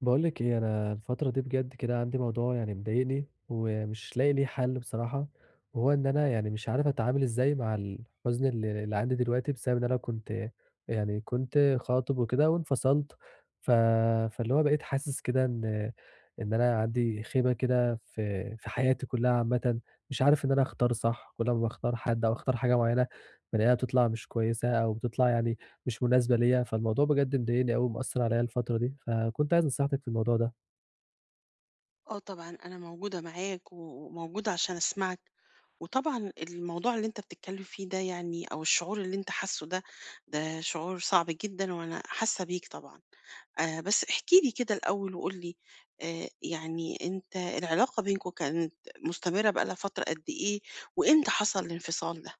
باقول لِك إيه، أنا الفترة دي بجد كده عندي موضوع يعني مضايقني، ومش لاقي ليه حل بصراحة، وهو إن أنا يعني مش عارف أتعامل إزاي مع الحزن اللي عندي دلوقتي، بسبب إن أنا كنت خاطب وكده وانفصلت. ف فاللي هو بقيت حاسس كده إن أنا عندي خيبة كده في حياتي كلها عامةً. مش عارف إن أنا أختار صح، كل أمّا باختار حد أو أختار حاجة معينة، بالاقيها بتطلع مش كويسة أو بتطلع يعني مش مناسبة ليّا. فالموضوع بجد مضايقني أوي ومأثّر عليَّ الفترة دي، فكنت عايز نصيحتِك في الموضوع ده. آه طبعًا، أنا موجودة معاك و وموجودة عشان أسمعك، وطبعًا الموضوع اللي أنت بتتكلم فيه ده يعني أو الشعور اللي أنت حاسه ده، ده شعور صعب جدًا وأنا حاسة بيك طبعًا. بس احكِ لي كده الأول وقُل لي يعني أنت العلاقة بينكم كانت مستمرة بقى لها فترة قد إيه، وإمتى حصل الانفصال ده؟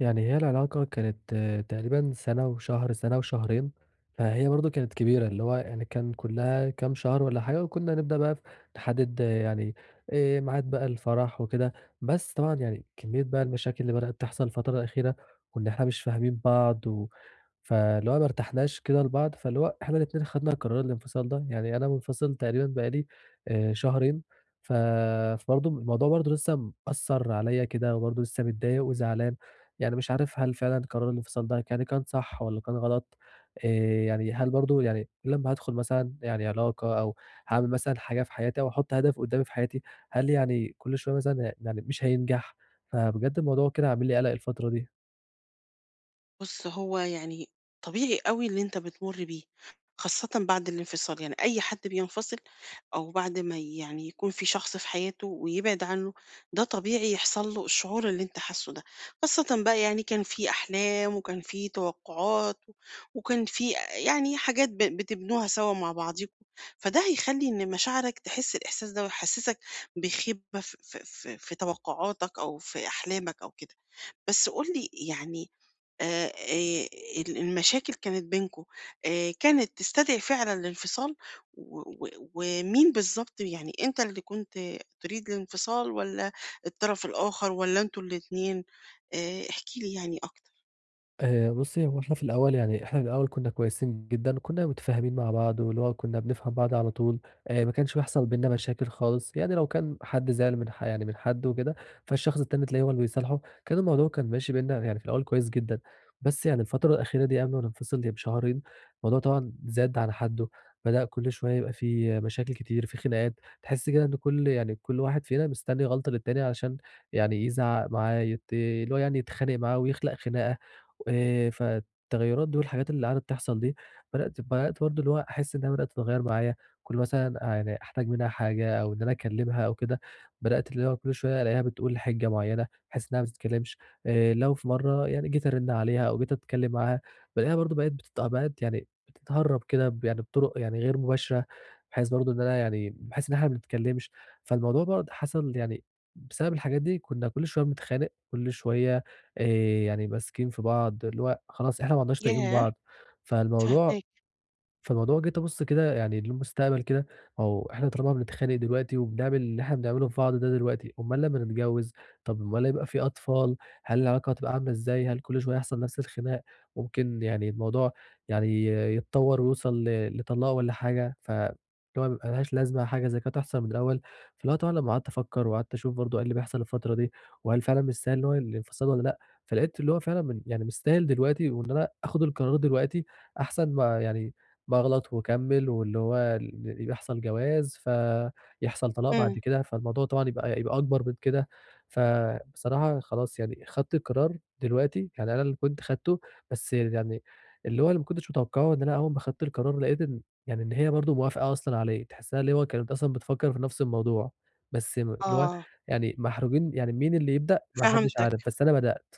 يعني هي العلاقة كانت تقريبًا سَنة وشهر، سَنة وشهرين، فهي برضه كانت كبيرة، اللي هو يعني كان كُلّها كام شهر والّا حاجة وكُنّا نبدأ بقى نحدد يعني ميعاد بقى الفرح وكده. بس طبعًا يعني كمية بقى المشاكل اللي بدأت تحصل الفترة الأخيرة وإن إحنا مش فاهمين بعض فاللي هو ما ارتحناش كده لبعض، فاللي هو إحنا الاتنين خدنا قرار الانفصال ده. يعني أنا منفصل تقريبًا بقى لي شهرين. ف فبرضه الموضوع برضه لسه مأثّر عليّا كده وبرضه لسه متضايق وزعلان. يعني مش عارف هل فعلًا قرار الانفصال ده يعني كان صح والّا كان غلط؟ آآ يعني هل برضه يعني لمّا هادخل مثلًا يعني علاقة أو هاعمل مثلًا حاجة في حياتي أو أحُط هدف قدّامي في حياتي، هل يعني كل شوية مثلًا يعني مش هينجح؟ فبجد الموضوع كده عامل لي قَلَق الفترة دي. بُص، هو يعني طبيعي أوي اللي أنت بتمُر بيه، خاصةً بعد الانفصال، يعني أي حد بينفصل أو بعد ما يعني يكون في شخص في حياته ويبعد عنه، ده طبيعي يحصل له الشعور اللي أنت حاسُّه ده، خاصةً بقى يعني كان في أحلام وكان في توقُّعات و- وكان في يعني حاجات بتبنوها سوا مع بعضيكم، فده هيخلّي إن مشاعرك تحس الإحساس ده ويحسّسك بخيبة ف ف ف في توقُّعاتك أو في أحلامك أو كده. بس قُل لي يعني آآ آآ المشاكل كانت بينكم كانت تستدعي فعلًا الانفصال؟ و و ومين بالضبط يعني أنت اللي كنت تريد الانفصال والّا الطرف الآخر والّا أنتم الاتنين؟ احكِ لي يعني أكتر. بُصّي، هو إحنا في الأول كُنّا كويسين جدًا، كُنّا متفاهمين مع بعض، واللي هو كُنّا بنفهم بعض على طول. ما كانش بيحصل بيننا مشاكل خالص، يعني لو كان حد زعل من ح يعني من حد وكده، فالشخص التاني تلاقيه هو اللي بيصالحه. كان الموضوع كان ماشي بيننا يعني في الأول كويس جدًا. بس يعني الفترة الأخيرة دي قبل ما ننفصل هي بشهرين، الموضوع طبعًا زاد عن حدّه، بدأ كل شوية يبقى في مشاكل كتير، في خناقات. تحس كده إن كل واحد فينا مستني غلطة للتاني علشان يعني يزعق معاه، اللي هو يعني يتخانق معاه ويخلق خناقة. فالتغيُّرات دول، الحاجات اللي قعدت تحصل دي، بدأت برضه اللي هو أحس إنها بدأت تتغيّر معايا. كل مثلًا يعني أحتاج منها حاجة أو إن أنا أكلّمها أو كده، بدأت اللي هو كل شوية ألاقيها بتقول حِجّة معيّنة، باحس إنها ما بتتكلّمش. لو في مرّة يعني جيت أرِّن عليها أو جيت أتكلّم معاها، بالاقيها برضه بقت يعني بتتهرّب كده ب يعني بطُرق يعني غير مباشرة، بحيث برضه إن أنا يعني باحس إن إحنا ما بنتكلّمش. فالموضوع دوّة حصل يعني بسبب الحاجات دي، كُنّا كل شوية بنتخانق، كل شوية يعني ماسكين في بعض، اللي هو خلاص إحنا ما عدناش طايقين ياه! بعض. فالموضوع فاهماك. فالموضوع جيت أبُص كده يعني للمستقبل كده. ما هو إحنا طالما بنتخانق دلوقتي وبنعمل اللي إحنا بنعمله في بعض ده دلوقتي، أُمّال لمّا نتجوّز؟ طب أُمّال هيبقى في أطفال. هل العلاقة هتبقى عاملة إزاي؟ هل كل شوية يحصل نفس الخناق؟ ممكن يعني الموضوع يعني يتطوّر ويوصل لطلاق والّا حاجة. اللي هو ما لهاش لازمة حاجة زي كده تحصل من الأول. فاللي هو طبعًا لمّا قعدت أفكّر وقعدت أشوف برضه إيه اللي بيحصل الفترة دي، وهل فعلًا مستاهل اللي هو الانفصال والّا لأ. فلقيت اللي هو فعلًا من يعني مستاهل دلوقتي وإن أنا آخُد القرار دلوقتي أحسن ما يعني باغلط وأكمّل واللي هو يحصل جواز، فيحصل طلاق إمم. بعد كده، فالموضوع طبعًا يبقى أكبر من كده. فبصراحة خلاص يعني خدت القرار دلوقتي، يعني أنا اللي كنت خدته. بس يعني اللي هو اللي ما كنتش متوقّعه إن أنا أول ما خدت القرار لقيت إن هي برضه موافقة أصلًا عليه، تحسّها اللي هو كانت أصلًا بتفكّر في نفْس الموضوع. بس اللي هو آه، يعني محروجين، يعني مين اللي يبدأ ما حدّش فهمتك. عارف، بس أنا بدأت.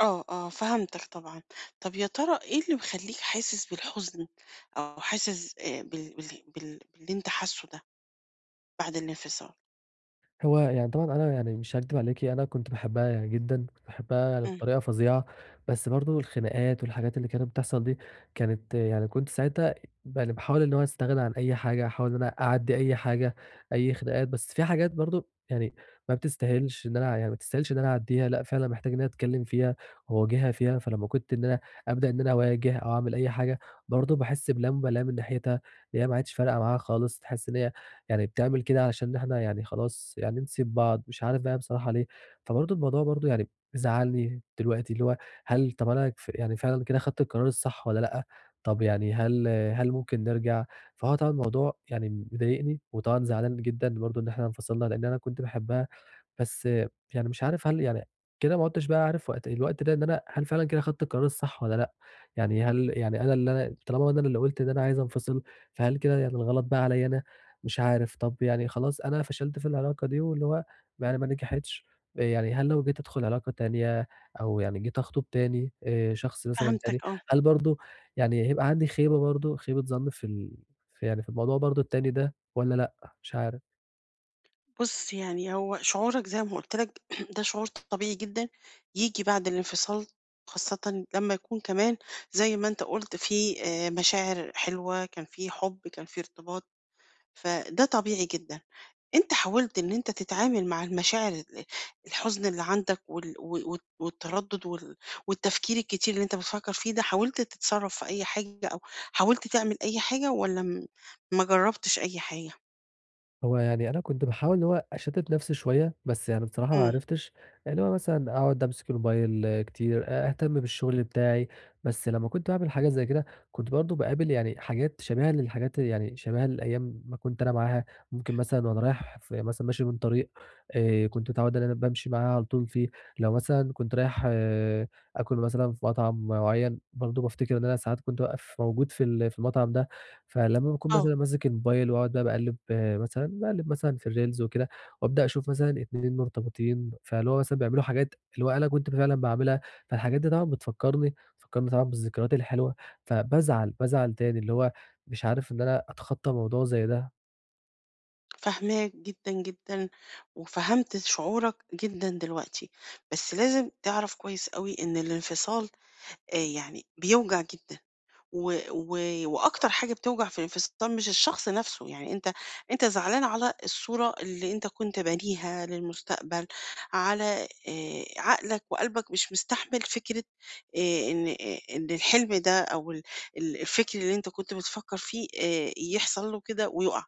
آه، آه، فهمتك طبعًا. طب يا ترى إيه اللي مخلّيك حاسس بالحزن أو حاسس باللي أنت حاسُّه ده بعد الانفصال؟ هو يعني طبعًا أنا يعني مش هاكدب عليكِ، أنا كنت باحبها يعني جدًا، كنت باحبها يعني إمم، بطريقة فظيعة. بس برضه الخناقات والحاجات اللي كانت بتحصل دي، كانت يعني كنت ساعتها يعني باحاول إن هو أستغنى عن أي حاجة، أحاول إن أنا أعدّي أي حاجة، أي خناقات. بس في حاجات برضه يعني ما بتستاهلش إن أنا يعني ما تستاهلش إن أنا أعدّيها، لأ فعلًا محتاج إن أنا أتكلم فيها وأواجهها فيها. فلمّا كنت إن أنا أبدأ إن أنا أواجه أو أعمل أي حاجة، برضه باحس بلا مبالاة من ناحيتها، اللي هي ما عادش فارقة معاها خالص. تحس إن هي يعني بتعمل كده علشان إحنا يعني خلاص يعني نسيب بعض، مش عارف بقى بصراحة ليه. فبرضه الموضوع برضه يعني مزعّلني دلوقتي، اللي هو هل طَب أنا يعني فعلًا كده خدت القرار الصح والّا لأ؟ طَب يعني هل ممكن نرجع؟ فهو طبعًا الموضوع يعني مضايقني، وطبعًا زعلان جدًا برضه إن إحنا انفصلنا، لإن أنا كنت باحبها. بس يعني مش عارف هل يعني كده ما عُدتش بقى عارف الوقت ده إن أنا هل فعلًا كده خدت القرار الصح والّا لأ؟ يعني هل يعني أنا اللي أنا طالما أنا اللي قُلت إن أنا عايز أنفصل، فهل كده يعني الغلط بقى عليّا أنا؟ مش عارف. طب يعني خلاص أنا فشلت في العلاقة دي واللي هو يعني ما نجحتش. يعني هل لو جيت أدخل علاقة تانية أو يعني جيت أخطب تاني شخص مثلًا تاني، فهمتك، آه. هل برضه يعني هيبقى عندي خيبة برضه خيبة ظن في يعني في الموضوع برضه التاني ده والّا لأ؟ مش عارف. بُص، يعني هو شعورك زي ما قُلت لك ده شعور طبيعي جدًا ييجي بعد الانفصال، خاصةً لمّا يكون كمان زي ما أنت قُلت في مشاعر حلوة، كان في حُب، كان في ارتباط، فده طبيعي جدًا. أنت حاولت إن أنت تتعامل مع المشاعر الحزن اللي عندك و والتردد وال والتفكير الكتير اللي أنت بتفكّر فيه ده، حاولت تتصرّف في أي حاجة أو حاولت تعمل أي حاجة والّا ما جرّبتش أي حاجة؟ هو يعني أنا كنت باحاول اللي هو أشتِّت نَفْسي شوية، بس يعني بصراحة ما إمم. عرفتش. اللي هو مثلًا أقعد أمسك الموبايل كتير، أهتم بالشغل بتاعي. بس لمّا كنت باعمل حاجات زي كده، كنت برضه باقابل يعني حاجات شبيهة للحاجات اللي- يعني شبيهة لأيام ما كنت أنا معاها. ممكن مثلًا وأنا رايح مثلًا ماشي من طريق كنت متعوّد إن أنا بامشي معاه على طول فيه. لو مثلًا كنت رايح آكُل مثلًا في مطعم معيّن، برضه بافتكر إن أنا ساعات كنت باقف موجود في المطعم ده. فلمّا باكون آه. مثلًا ماسك الموبايل واقعد بقى باقلِّب مثلًا في الreels وكده، وابدأ اشوف مثلًا 2 مرتبطين، فاللي هو مثلًا بيعملوا حاجات اللي هو أنا كنت فعلًا باعملها. فالحاجات دي طبعًا بتفكّرني طبعًا بالذكريات الحلوة، فبازعل، بازعل تاني اللي هو مش عارف إن أنا أتخطّى موضوع زي ده. فاهماك جدًا، جدًا، وفهمت شعورك جدًا دلوقتي، بس لازم تعرف كويس أوي إن الانفصال يعني بيوجع جدًا. و و وأكتر حاجة بتوجع في الانفصام مش الشخص نفسه، يعني أنت زعلان على الصورة اللي أنت كنت بانيها للمستقبل، على عقلك وقلبك مش مستحمل فكرة إن الحلم ده أو ال ال الفكر اللي أنت كنت بتفكّر فيه يحصل له كده ويُقع،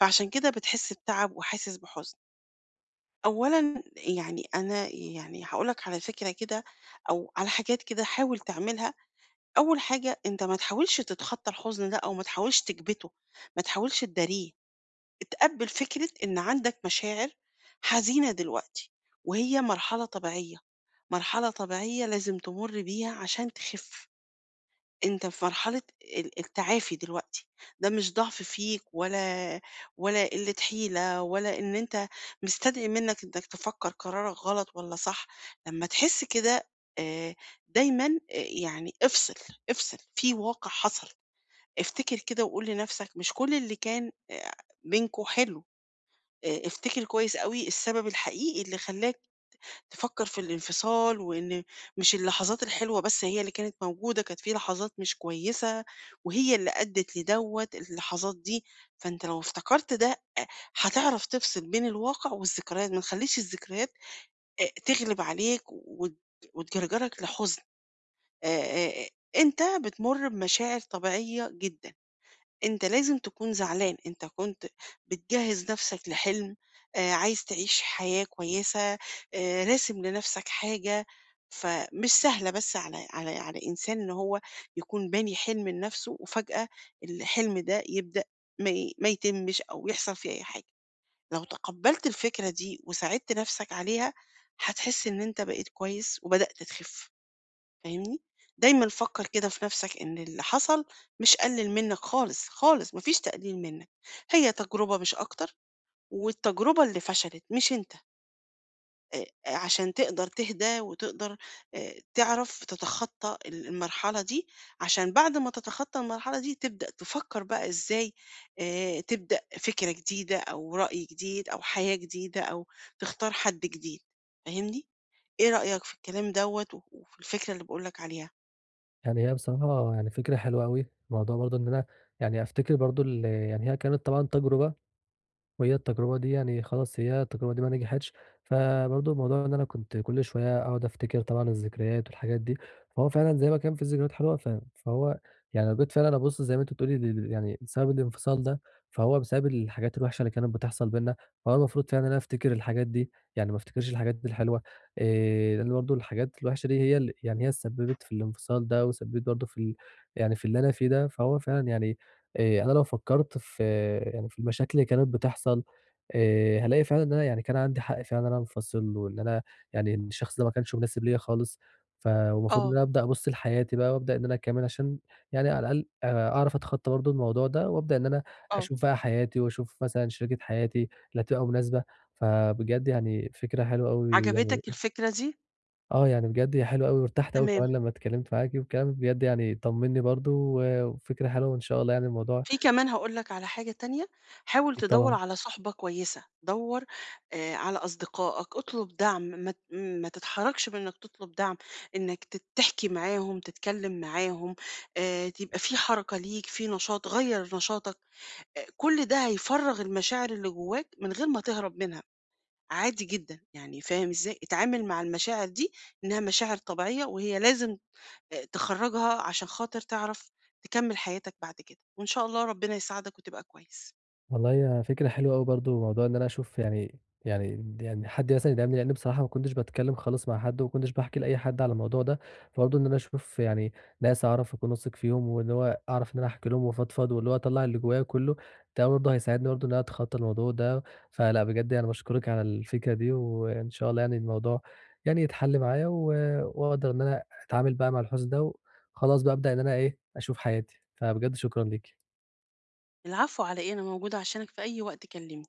فعشان كده بتحس بتعب وحاسس بحزن. أولًا يعني أنا يعني هاقول لك على فكرة كده أو على حاجات كده حاول تعملها. أول حاجة أنت ما تحاولش تتخطى الحزن ده أو ما تحاولش تكبته، ما تحاولش تداريه، اتقبل فكرة إن عندك مشاعر حزينة دلوقتي، وهي مرحلة طبيعية، مرحلة طبيعية لازم تمر بيها عشان تخف. أنت في مرحلة التعافي دلوقتي، ده مش ضعف فيك ولا ولا قِلّة حيلة ولا إن أنت مستدعي منّك إنّك تفكّر قرارك غلط والّا صح، لمّا تحس كده آآ دايمًا، يعني افصل، افصل، في واقع حصل، افتكر كده وقُل لنَفْسك مش كل اللي كان بينكم حلو، افتكر كويس أوي السبب الحقيقي اللي خلّاك تفكّر في الانفصال وإن مش اللحظات الحلوة بس هي اللي كانت موجودة، كانت في لحظات مش كويسة وهي اللي أدّت لدوّة، اللحظات دي فأنت لو افتكرت ده هتعرف تفصل بين الواقع والذكريات، ما تخلّيش الذكريات تغلب عليك وتجرجرك لحزن، آآ أنت بتمُر بمشاعر طبيعية جدًا. أنت لازم تكون زعلان، أنت كنت بتجهّز نَفْسك لحلم، عايز تعيش حياة كويسة، راسم لنَفْسك حاجة، فمش سهلة بس على إنسان إن هو يكون باني حلم لنَفْسه وفجأة الحلم ده يبدأ ما يتمِّش أو يحصل فيه أي حاجة. لو تقبّلت الفكرة دي وساعدت نَفْسك عليها، هتحس إن أنت بقيت كويس وبدأت تخِف. فاهمني؟ دايمًا فكّر كده في نَفْسك إن اللي حصل مش قلِّل منّك خالص، خالص، ما فيش تقليل منّك، هي تجربة مش أكتر، والتجربة اللي فشلت مش أنت، آآ عشان تقدر تهدى وتقدر تعرف تتخطّى المرحلة دي، عشان بعد ما تتخطّى المرحلة دي تبدأ تفكّر بقى إزاي تبدأ فكرة جديدة أو رأي جديد أو حياة جديدة أو تختار حد جديد، فاهمني؟ إيه رأيك في الكلام دوّة و وفي الفكرة اللي باقول لك عليها؟ يعني هي بصراحة يعني فكرة حلوة أوي، موضوع برضه إن أنا يعني أفتكر برضه يعني هي كانت طبعًا تجربة، وهي التجربة دي يعني خلاص هي التجربة دي ما نجحتش. فبرضه موضوع إن أنا كنت كل شوية أقعد أفتكر طبعًا الذكريات والحاجات دي. فهو فعلًا زي ما كان في ذكريات حلوة فهو يعني لو جيت فعلًا أبُص زي ما أنتِ بتقولي يعني بسبب الانفصال ده، فهو بسبب الحاجات الوحشة اللي كانت بتحصل بيننا. فهو المفروض فعلًا إن أنا أفتكر الحاجات دي، يعني ما أفتكرش الحاجات الحلوة. لإن برضه الحاجات الوحشة دي هي ال يعني هي اللي سببت في الانفصال ده وسببت برضه في ال يعني في اللي أنا فيه ده. فهو فعلًا يعني أنا لو فكّرت في المشاكل اللي كانت بتحصل، هالاقي فعلًا إن أنا يعني كان عندي حق فعلًا إن أنا أنفصل، له، وإن أنا يعني إن الشخص ده ما كانش مناسب ليّا خالص. فالمفروض إن آه. أنا أبدأ أبُص لحياتي بقى وأبدأ إن أنا أكمّل عشان يعني على الأقل أعرف أتخطّى برضه الموضوع ده، وأبدأ إن أنا آه، أشوف بقى حياتي وأشوف مثلًا شريكة حياتي اللي هتبقى مناسبة. فبجد يعني فكرة حلوة أوي يعني. عجبتك الفكرة دي؟ آه، يعني بجد هي حلوة أوي وارتحت أوي تمام، كمان لمّا اتكلّمت معاكِ، والكلام بجد يعني طمّنّي برضه، وفكرة حلوة، وإن شاء الله يعني الموضوع. في كمان هاقول لك على حاجة تانية، حاول أكيد تدوّر طبعًا. على صُحبة كويسة، دوّر على أصدقائك، اطلب دعم، ما تتحرجش من إنك تطلب دعم، إنك تحكي معاهم، تتكلم معاهم، تبقى في حركة ليك، في نشاط، غيّر نشاطك، كل ده هيفرّغ المشاعر اللي جواك من غير ما تهرب منها، عادي جدًا، يعني فاهم إزاي؟ اتعامل مع المشاعر دي إنها مشاعر طبيعية وهي لازم تخرّجها عشان خاطر تعرف تكمّل حياتك بعد كده، وإن شاء الله ربنا يساعدك وتبقى كويس. والله هي فكرة حلوة أوي برضه، موضوع إن أنا أشوف يعني حد مثلًا يدعمني، لإن بصراحة ما كنتش باتكلّم خالص مع حد، وما كنتش باحكي لأي حد على الموضوع ده. فبرضه إن أنا أشوف يعني ناس أعرف أكون واثق فيهم، وإن هو أعرف إن أنا أحكي لهم وأفضفض، واللي هو أطلّع اللي جوايا كلّه، ده برضه هيساعدني برضه إن أنا أتخطى الموضوع ده. فلأ بجد يعني باشكرِك على الفكرة دي، وإن شاء الله يعني الموضوع يعني يتحل معايا، وأقدر إن أنا أتعامل بقى مع الحزن ده، وخلاص بقى أبدأ إن أنا إيه أشوف حياتي. فبجد شكرًا ليكِ. العفو على إيه، أنا موجودة عشانك في أي وقت كلمني.